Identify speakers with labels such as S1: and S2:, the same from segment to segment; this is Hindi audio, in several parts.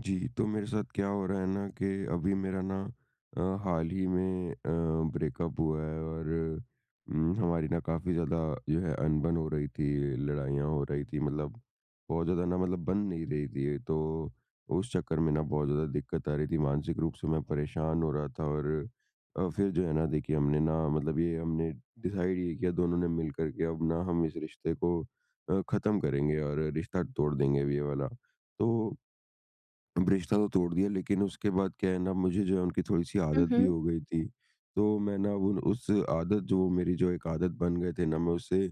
S1: जी, तो मेरे साथ क्या हो रहा है ना कि अभी मेरा ना हाल ही में ब्रेकअप हुआ है। और हमारी ना काफ़ी ज़्यादा जो है अनबन हो रही थी, लड़ाइयाँ हो रही थी, मतलब बहुत ज़्यादा ना मतलब बन नहीं रही थी। तो उस चक्कर में ना बहुत ज़्यादा दिक्कत आ रही थी, मानसिक रूप से मैं परेशान हो रहा था। और फिर जो है ना, देखिए हमने ना मतलब ये हमने डिसाइड ये किया दोनों ने मिल कर के, अब ना हम इस रिश्ते को ख़त्म करेंगे और रिश्ता तोड़ देंगे अब ये वाला। तो रिश्ता तो तोड़ दिया, लेकिन उसके बाद क्या है ना, मुझे जो है उनकी थोड़ी-सी
S2: हुँ,
S1: आदत भी
S2: हुँ।
S1: हो गई थी। तो मैं ना उन उस आदत, जो मेरी जो एक आदत बन गए थे ना, मैं उससे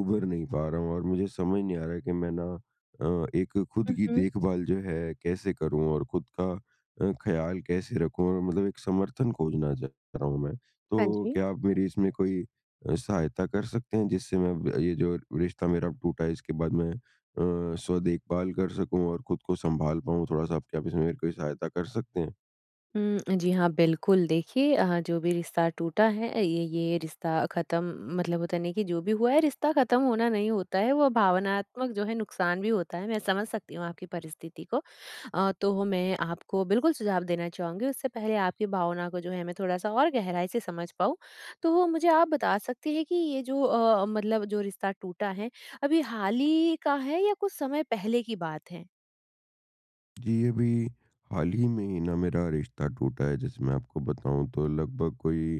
S1: उभर नहीं पा रहा हूँ। और मुझे समझ नहीं आ रहा है कि मैं ना एक खुद
S2: हुँ,
S1: की
S2: हुँ।
S1: देखभाल जो है कैसे करूँ और खुद का ख़्याल कैसे रखूँ, और मतलब एक समर्थन खोजना चाह रहा हूँ मैं।
S2: हाँ
S1: तो
S2: जी।
S1: क्या आप मेरी इसमें कोई सहायता कर सकते हैं, जिससे मैं ब ये जो रिश्ता मेरा टूटा है इसके बाद मैं स्व देखभाल कर सकूँ और खुद को सँभाल पाऊँ थोड़ा-सा? आप, क्या आप इसमें मेरी कोई सहायता कर सकते हैं?
S2: जी हाँ, बिल्कुल देखिए, जो भी रिश्ता टूटा है ये रिश्ता ख़त्म मतलब होता नहीं कि जो भी हुआ है रिश्ता ख़त्म होना नहीं होता है, वो भावनात्मक जो है नुकसान भी होता है। मैं समझ सकती हूँ आपकी परिस्थिति को। तो मैं आपको बिल्कुल सुझाव देना चाहूँगी, उससे पहले आपकी भावना को जो है मैं थोड़ा-सा और गहराई से समझ पाऊँ। तो मुझे आप बता सकते हैं कि ये जो मतलब जो रिश्ता टूटा है, अभी हाल ही का है या कुछ समय पहले की बात है?
S1: जी, अभी हाल ही में ही ना मेरा रिश्ता टूटा है। जैसे मैं आपको बताऊँ तो लगभग कोई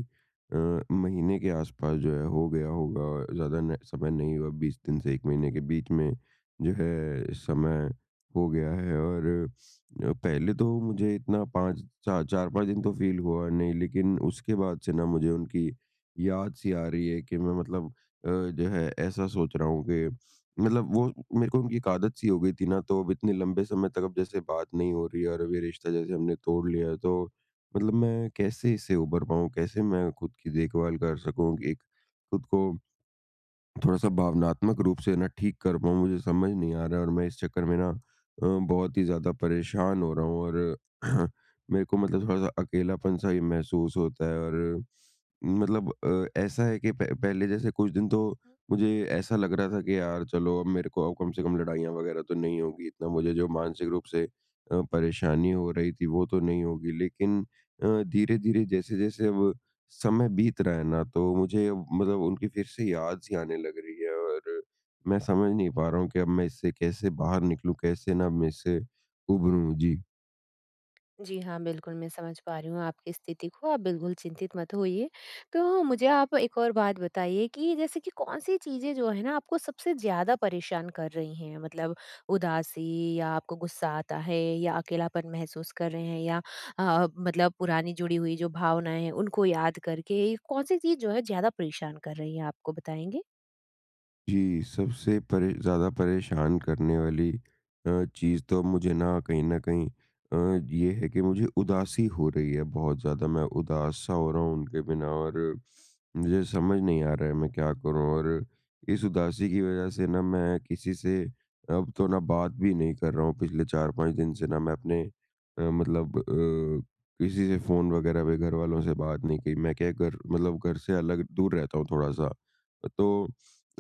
S1: महीने के आसपास जो है हो गया होगा, ज़्यादा न समय नहीं हुआ, 20 दिन से 1 महीने के बीच में जो है समय हो गया है। और पहले तो मुझे इतना 5 चा 4-5 दिन तो फ़ील हुआ नहीं, लेकिन उसके बाद से ना मुझे उनकी याद सी आ रही है कि मैं मतलब जो है ऐसा सोच रहा हूँ कि मतलब वो, मेरे को उनकी एक आदत सी हो गई थी ना, तो अब इतने लंबे समय तक, अब जैसे बात नहीं हो रही है और अब ये रिश्ता जैसे हमने तोड़ लिया है, तो मतलब मैं कैसे इससे उभर पाऊँ? कैसे मैं खुद की देखभाल कर सकूँ कि एक खुद को थोड़ा-सा भावनात्मक रूप से ना ठीक कर पाऊँ? मुझे समझ नहीं आ रहा है। और मैं इस चक्कर में ना बहुत ही ज़्यादा परेशान हो रहा हूँ। और मेरे को मतलब थोड़ा-सा अकेलापन-सा ही महसूस होता है। और मतलब ऐसा है कि प पहले जैसे कुछ दिन तो मुझे ऐसा लग रहा था कि यार चलो, अब मेरे को, अब कम से कम लड़ाइयाँ वगैरह तो नहीं होगी, इतना मुझे जो मानसिक रूप से परेशानी हो रही थी वो तो नहीं होगी। लेकिन अ, धीरे-धीरे जैसे-जैसे अब समय बीत रहा है ना, तो मुझे अब मतलब उनकी फिर से याद सी आने लग रही है। और मैं समझ नहीं पा रहा हूँ कि अब मैं इससे कैसे बाहर निकलूँ, कैसे ना मैं इससे उभरूँ? जी।
S2: जी हाँ, बिल्कुल, मैं समझ पा रही हूँ आपकी स्थिति को, आप बिल्कुल चिंतित मत होइए। तो मुझे आप एक और बात बताइए कि जैसे कि कौन-सी चीज़ें जो है ना आपको सबसे ज़्यादा परेशान कर रही हैं? मतलब उदासी या आपको गुस्सा आता है या अकेलापन महसूस कर रहे हैं या मतलब पुरानी जुड़ी हुई जो भावनाएँ हैं उनको याद करके कौन-सी चीज़ जो है ज़्यादा परेशान कर रही है आपको बताएँगे?
S1: जी, सबसे परे ज़्यादा परेशान करने वाली चीज़ तो मुझे ना, कहीं न कहीं अ, ये है कि मुझे उदासी हो रही है बहुत ज़्यादा। मैं उदास-सा हो रहा हूँ उनके बिना, और मुझे समझ नहीं आ रहा है मैं क्या करूँ? और इस उदासी की वज़ह से ना मैं किसी से अब तो ना बात भी नहीं कर रहा हूँ। पिछले 4-5 दिन से ना मैं अपने मतलब किसी से फ़ोन वग़ैरह पे, घरवालों से बात नहीं की। मैं क्या, घर मतलब घर से अलग दूर रहता हूँ थोड़ा-सा। तो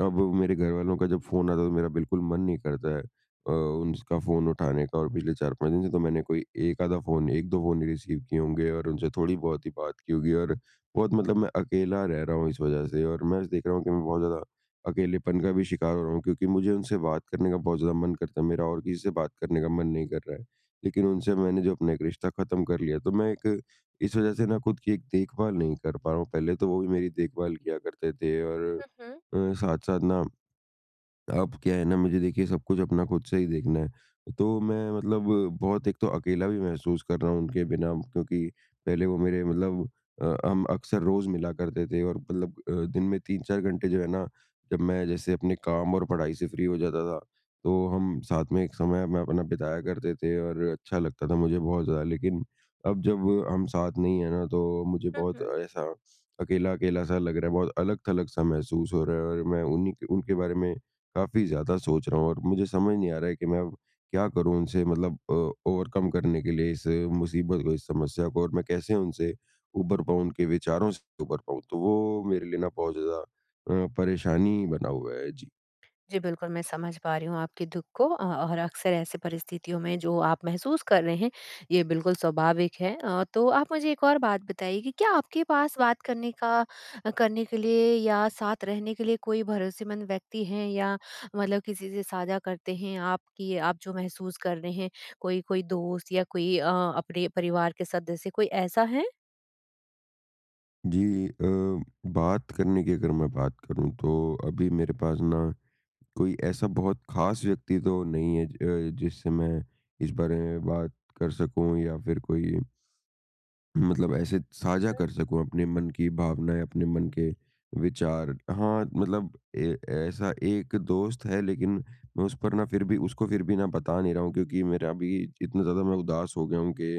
S1: अब मेरे घरवालों का जब फ़ोन आता है, तो मेरा बिल्कुल मन नहीं करता है उनका फ़ोन उठाने का। और पिछले 4-5 दिन से तो मैंने कोई 1 आधा फ़ोन, 1-2 फ़ोन ही रिसीव किए होंगे और उनसे थोड़ी बहुत ही बात की होगी। और बहुत मतलब मैं अकेला रह रहा हूँ इस वज़ह से। और मैं देख रहा हूँ कि मैं बहुत ज़्यादा अकेलेपन का भी शिकार हो रहा हूँ, क्योंकि मुझे उनसे बात करने का बहुत ज़्यादा मन करता है मेरा, और किसी से बात करने का मन नहीं कर रहा है। लेकिन उनसे मैंने जो अपना एक रिश्ता ख़त्म कर लिया, तो मैं एक इस वज़ह से ना खुद की एक देखभाल नहीं कर पा रहा हूँ। पहले तो वो भी मेरी देखभाल किया करते थे। और
S2: हुँ, हुँ।
S1: साथ-साथ ना, अब क्या है ना, मुझे देखिए सब कुछ अपना खुद से ही देखना है। तो मैं मतलब बहुत एक तो अकेला भी महसूस कर रहा हूँ उनके बिना, क्योंकि पहले वो मेरे मतलब हम अक्सर रोज़ मिला करते थे। और मतलब दिन में 3-4 घंटे जो है ना, जब मैं जैसे अपने काम और पढ़ाई से फ्री हो जाता था, तो हम साथ में एक समय में अपना बिताया करते थे और अच्छा लगता था मुझे बहुत ज़्यादा। लेकिन अब जब हम साथ नहीं है ना, तो मुझे
S2: हुँ,
S1: बहुत
S2: हुँ।
S1: ऐसा अकेला-अकेला सा लग रहा है, बहुत अलग-थलग सा महसूस हो रहा है। और मैं उन्हीं के उनके बारे में काफ़ी ज़्यादा सोच रहा हूँ, और मुझे समझ नहीं आ रहा है कि मैं अब क्या करूँ उनसे, मतलब ओवरकम करने के लिए इस मुसीबत को, इस समस्या को, और मैं कैसे उनसे उबर पाऊँ, उनके विचारों से उबर पाऊँ? तो वो मेरे लिए ना बहुत ज़्यादा परेशानी बना हुआ है। जी।
S2: जी, बिल्कुल, मैं समझ पा रही हूँ आपके दुःख को, और अक्सर ऐसे परिस्थितियों में जो आप महसूस कर रहे हैं, ये बिल्कुल स्वाभाविक है। तो आप मुझे एक और बात बताइए कि क्या आपके पास बात करने का करने के लिए या साथ रहने के लिए कोई भरोसेमंद व्यक्ति हैं या मतलब किसी से साझा करते हैं आप कि आप जो महसूस कर रहे हैं, कोई कोई दोस्त या कोई अपने परिवार के सदस्य, कोई ऐसा है?
S1: जी बात करने की, अगर मैं बात करूँ तो अभी मेरे पास ना कोई ऐसा बहुत ख़ास व्यक्ति तो नहीं है, जिससे मैं इस बारे में बात कर सकूँ, या फिर कोई मतलब ऐसे साझा कर सकूँ अपने मन की भावनाएँ, अपने मन के विचार। हाँ, मतलब ए ऐसा एक दोस्त है, लेकिन मैं उस पर ना फिर भी, उसको फिर भी ना बता नहीं रहा हूँ, क्योंकि मेरा अभी इतना ज़्यादा मैं उदास हो गया हूँ कि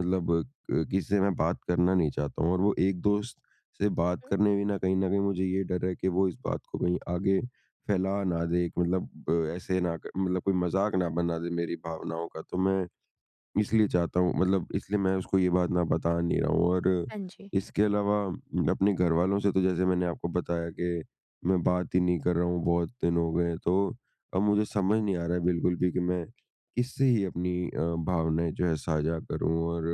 S1: मतलब किसी से मैं बात करना नहीं चाहता हूँ। और वो एक दोस्त से बात करने में ना कहीं न कहीं मुझे ये डर है कि वो इस बात को कहीं आगे फैला ना दे, मतलब ऐसे ना क मतलब कोई मज़ाक ना बना दे मेरी भावनाओं का। तो मैं इसलिए चाहता हूँ, मतलब इसलिए मैं उसको ये बात ना बता नहीं रहा हूँ। और
S2: हाँ जी।
S1: इसके अलावा मैं अपने घर वालों से तो, जैसे मैंने आपको बताया कि मैं बात ही नहीं कर रहा हूँ, बहुत दिन हो गए हैं। तो अब मुझे समझ नहीं आ रहा है बिल्कुल भी कि मैं किससे ही अपनी भावनाएँ जो है साझा करूँ, और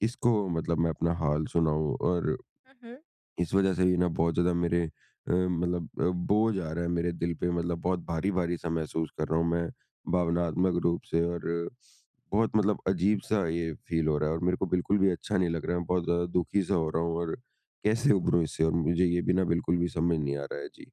S1: किसको मतलब मैं अपना हाल सुनाऊँ। और
S2: हुँ, हुँ।
S1: इस वजह से भी ना बहुत ज़्यादा मेरे मतलब बोझ आ रहा है मेरे दिल पे, मतलब बहुत भारी-भारी सा महसूस कर रहा हूँ मैं भावनात्मक रूप से। और बहुत मतलब अजीब-सा ये फ़ील हो रहा है, और मेरे को बिल्कुल भी अच्छा नहीं लग रहा है। बहुत ज़्यादा दुखी-सा हो रहा हूँ। और कैसे उभरूँ इससे? और मुझे ये भी ना बिल्कुल भी समझ नहीं आ रहा है। जी।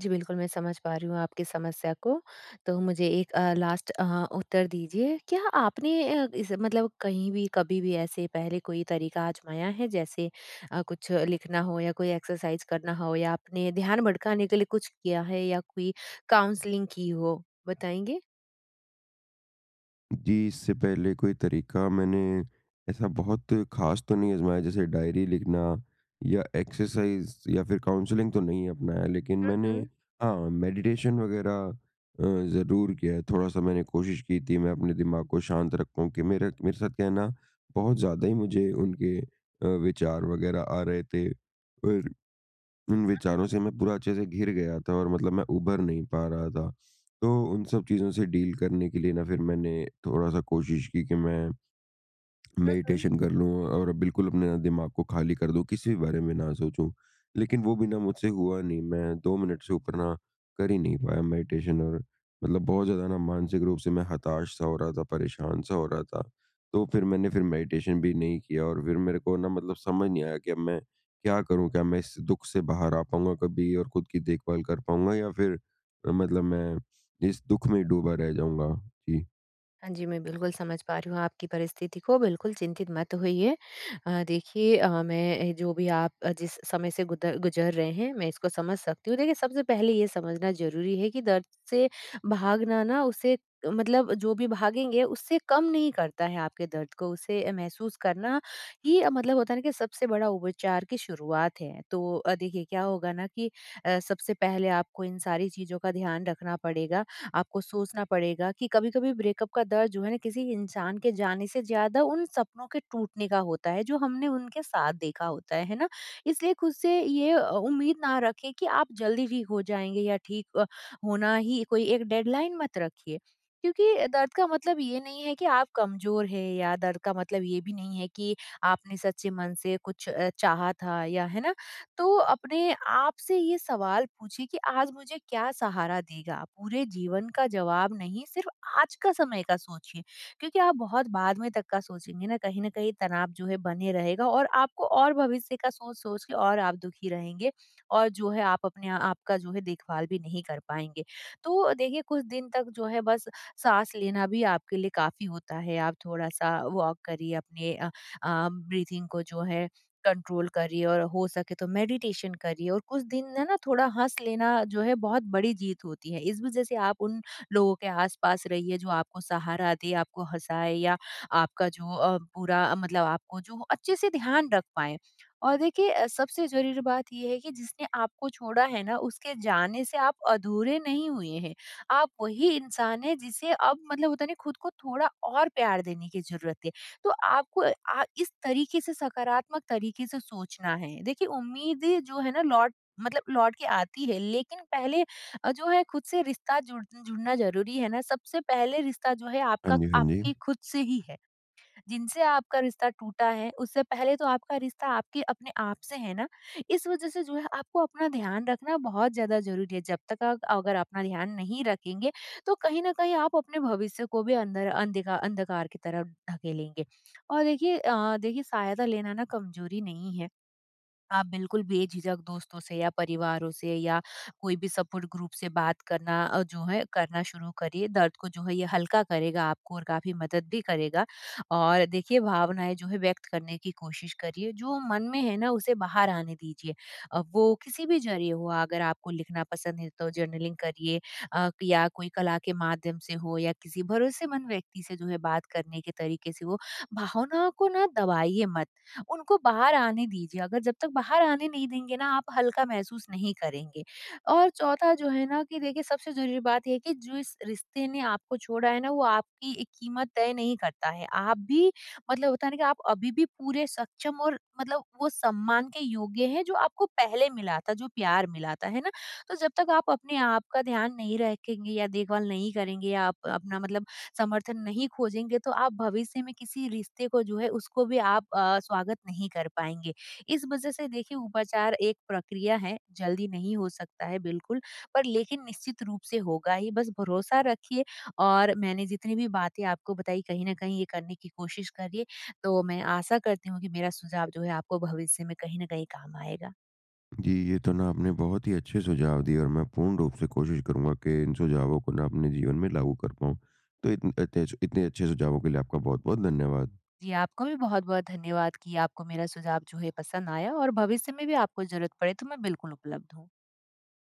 S2: जी, बिल्कुल, मैं समझ पा रही हूँ आपकी समस्या को। तो मुझे एक लास्ट उत्तर दीजिए, क्या आपने इस मतलब कहीं भी, कभी भी ऐसे पहले कोई तरीका आज़माया है? जैसे कुछ लिखना हो या कोई एक्सरसाइज़ करना हो या आपने ध्यान भटकाने के लिए कुछ किया है या कोई काउंसलिंग की हो? बताएँगे?
S1: जी, इससे पहले कोई तरीका मैंने ऐसा बहुत ख़ास तो नहीं आज़माया, जैसे डायरी लिखना या एक्सरसाइज़ या फिर काउंसलिंग तो नहीं अपनाया, लेकिन
S2: हुँ,
S1: मैंने,
S2: हुँ। हुँ,
S1: हाँ, मेडिटेशन वग़ैरह अ, ज़रूर किया है। थोड़ा-सा मैंने कोशिश की थी, मैं अपने दिमाग को शांत रखूँ कि मेरा, मेरे साथ क्या है ना, बहुत ज़्यादा ही मुझे उनके विचार वग़ैरह आ रहे थे, और उन
S2: हुँ,
S1: विचारों से मैं पूरा अच्छे से घिर गया था, और मतलब मैं उभर नहीं पा रहा था। तो उन सब चीज़ों से डील करने के लिए ना, फिर मैंने थोड़ा-सा कोशिश की कि मैं
S2: हुँ, हुँ।
S1: मेडिटेशन कर लूँ और बिल्कुल अपने ना दिमाग को खाली कर दूँ, किसी भी बारे में ना सोचूँ। लेकिन वो भी ना मुझसे हुआ नहीं, मैं 2 मिनट से ऊपर ना कर ही नहीं पाया मेडिटेशन। और मतलब बहुत ज़्यादा ना मानसिक रूप से मैं हताश-सा हो रहा था, परेशान-सा हो रहा था। तो फिर मैंने, फिर मेडिटेशन भी नहीं किया, और फिर मेरे को ना मतलब समझ नहीं आया कि अब मैं क्या करूँ? क्या मैं इस दुःख से बाहर आ पाऊँगा कभी और खुद की देखभाल कर पाऊँगा, या फिर मतलब मैं इस दुःख में डूबा रह जाऊँगा? जी।
S2: हाँ जी, मैं बिल्कुल समझ पा रही हूँ आपकी परिस्थिति को, बिल्कुल चिंतित मत होइए। देखिए, मैं जो भी आप जिस समय से गुदर गुज़र रहे हैं, मैं इसको समझ सकती हूँ। देखिए, सबसे पहले ये समझना ज़रूरी है कि दर्द से भागना ना उसे मतलब जो भी भागेंगे, उससे कम नहीं करता है आपके दर्द को। उसे महसूस करना ही, मतलब होता है ना कि सबसे बड़ा उपचार की शुरुआत है। तो देखिए क्या होगा ना कि सबसे पहले आपको इन सारी चीज़ों का ध्यान रखना पड़ेगा। आपको सोचना पड़ेगा कि कभी-कभी ब्रेकअप का दर्द जो है ना किसी इंसान के जाने से ज़्यादा उन सपनों के टूटने का होता है जो हमने उनके साथ देखा होता है ना? इसलिए खुद से ये उम्मीद ना रखें कि आप जल्दी ठीक हो जाएँगे या ठीक होना ही कोई एक डेडलाइन मत रखिए। क्योंकि दर्द का मतलब ये नहीं है कि आप कमज़ोर हैं या दर्द का मतलब ये भी नहीं है कि आपने सच्चे मन से कुछ चाहा था या, है ना? तो अपने आप से ये सवाल पूछिए कि आज मुझे क्या सहारा देगा? पूरे जीवन का जवाब नहीं, सिर्फ़ आज का समय का सोचिए, क्योंकि आप बहुत बाद में तक का सोचेंगे ना, कहीं न कहीं तनाव जो है बने रहेगा और आपको और भविष्य का सोच-सोच के और आप दुखी रहेंगे और जो है आप अपने आप का जो है देखभाल भी नहीं कर पाएँगे। तो देखिए कुछ दिन तक जो है बस साँस लेना भी आपके लिए काफ़ी होता है, आप थोड़ा-सा वॉक करिए अपने ब्रीथिंग को जो है कंट्रोल करिए और हो सके तो मेडिटेशन करिए और कुछ दिन है ना थोड़ा हँस लेना जो है बहुत बड़ी जीत होती है। इस वज़ह से आप उन लोगों के आस-पास रहिए जो आपको सहारा दे, आपको हँसाए या आपका जो पूरा मतलब आपको जो अच्छे से ध्यान रख पाएँ। और देखिए, सबसे ज़रूरी बात ये है कि जिसने आपको छोड़ा है ना उसके जाने से आप अधूरे नहीं हुए हैं। आप वही इंसान हैं जिसे अब मतलब होता है ना खुद को थोड़ा और प्यार देने की ज़रूरत है। तो आपको इस तरीके से सकारात्मक तरीके से सोचना है। देखिए उम्मीदें जो है ना लौट मतलब लौट के आती है लेकिन पहले जो है खुद से रिश्ता जुड़ना जरूरी है ना। सबसे पहले रिश्ता जो है
S1: हाँ
S2: आपका
S1: जी, हाँ जी।
S2: आपके खुद से ही है। जिनसे आपका रिश्ता टूटा है, उससे पहले तो आपका रिश्ता आपके अपने आप से है ना। इस वज़ह से जो है आपको अपना ध्यान रखना बहुत ज़्यादा ज़रूरी है। जब तक आप अगर अपना ध्यान नहीं रखेंगे, तो कहीं न कहीं आप अपने भविष्य को भी अंदर अंधकार की तरफ धकेलेंगे। और देखिए सहायता लेना ना कमज़ोरी नहीं है। आप बिल्कुल बेझिझक दोस्तों से या परिवारों से या कोई भी सपोर्ट ग्रुप से बात करना, जो है करना शुरू करिए, दर्द को जो है ये हल्का करेगा आपको और काफी मदद भी करेगा। और देखिए भावनाएं जो है व्यक्त करने की कोशिश करिए, जो मन में है ना उसे बाहर आने दीजिए। वो किसी भी जरिए हो, अगर आपको लिखना पसंद है तो जर्नलिंग करिए, या कोई कला के माध्यम से हो या किसी भरोसेमंद व्यक्ति से जो है बात करने के तरीके से हो, भावनाओं को ना दबाइए मत, उनको बाहर आने दीजिए, अगर जब तक बाहर आने नहीं देंगे ना आप हल्का महसूस नहीं करेंगे। और चौथा जो है ना कि देखिए सबसे ज़रूरी बात ये है कि जिस रिश्ते ने आपको छोड़ा है ना वो आपकी एक कीमत तय नहीं करता है। आप भी मतलब होता है ना कि आप अभी भी पूरे सक्षम और मतलब वो सम्मान के योग्य हैं जो आपको पहले मिला था, जो प्यार मिला था, है ना? तो जब तक आप अपने आप का ध्यान नहीं रखेंगे या देखभाल नहीं करेंगे या आप अपना मतलब समर्थन नहीं खोजेंगे तो आप भविष्य में किसी रिश्ते को जो है उसको भी आप स्वागत नहीं कर पाएंगे। इस वज़ह से देखिए उपचार एक प्रक्रिया है, जल्दी नहीं हो सकता है बिल्कुल, पर लेकिन निश्चित रूप से होगा ही, बस भरोसा रखिए और मैंने जितनी भी बातें आपको बताई कहीं न कहीं ये करने की कोशिश करिए। तो मैं आशा करती हूँ कि मेरा सुझाव जो है आपको भविष्य में कहीं न कहीं काम आएगा।
S1: जी, ये तो ना आपने बहुत ही अच्छे सुझाव दिए, और मैं पूर्ण रूप से कोशिश करूँगा कि इन सुझावों को ना अपने जीवन में लागू कर पाऊँ। तो इतने अच्छे सुझावों के लिए आपका बहुत-बहुत धन्यवाद।
S2: जी, आपको भी बहुत-बहुत धन्यवाद कि आपको मेरा सुझाव जो है पसंद आया और भविष्य में भी आपको ज़रूरत पड़े तो मैं बिल्कुल उपलब्ध हूँ।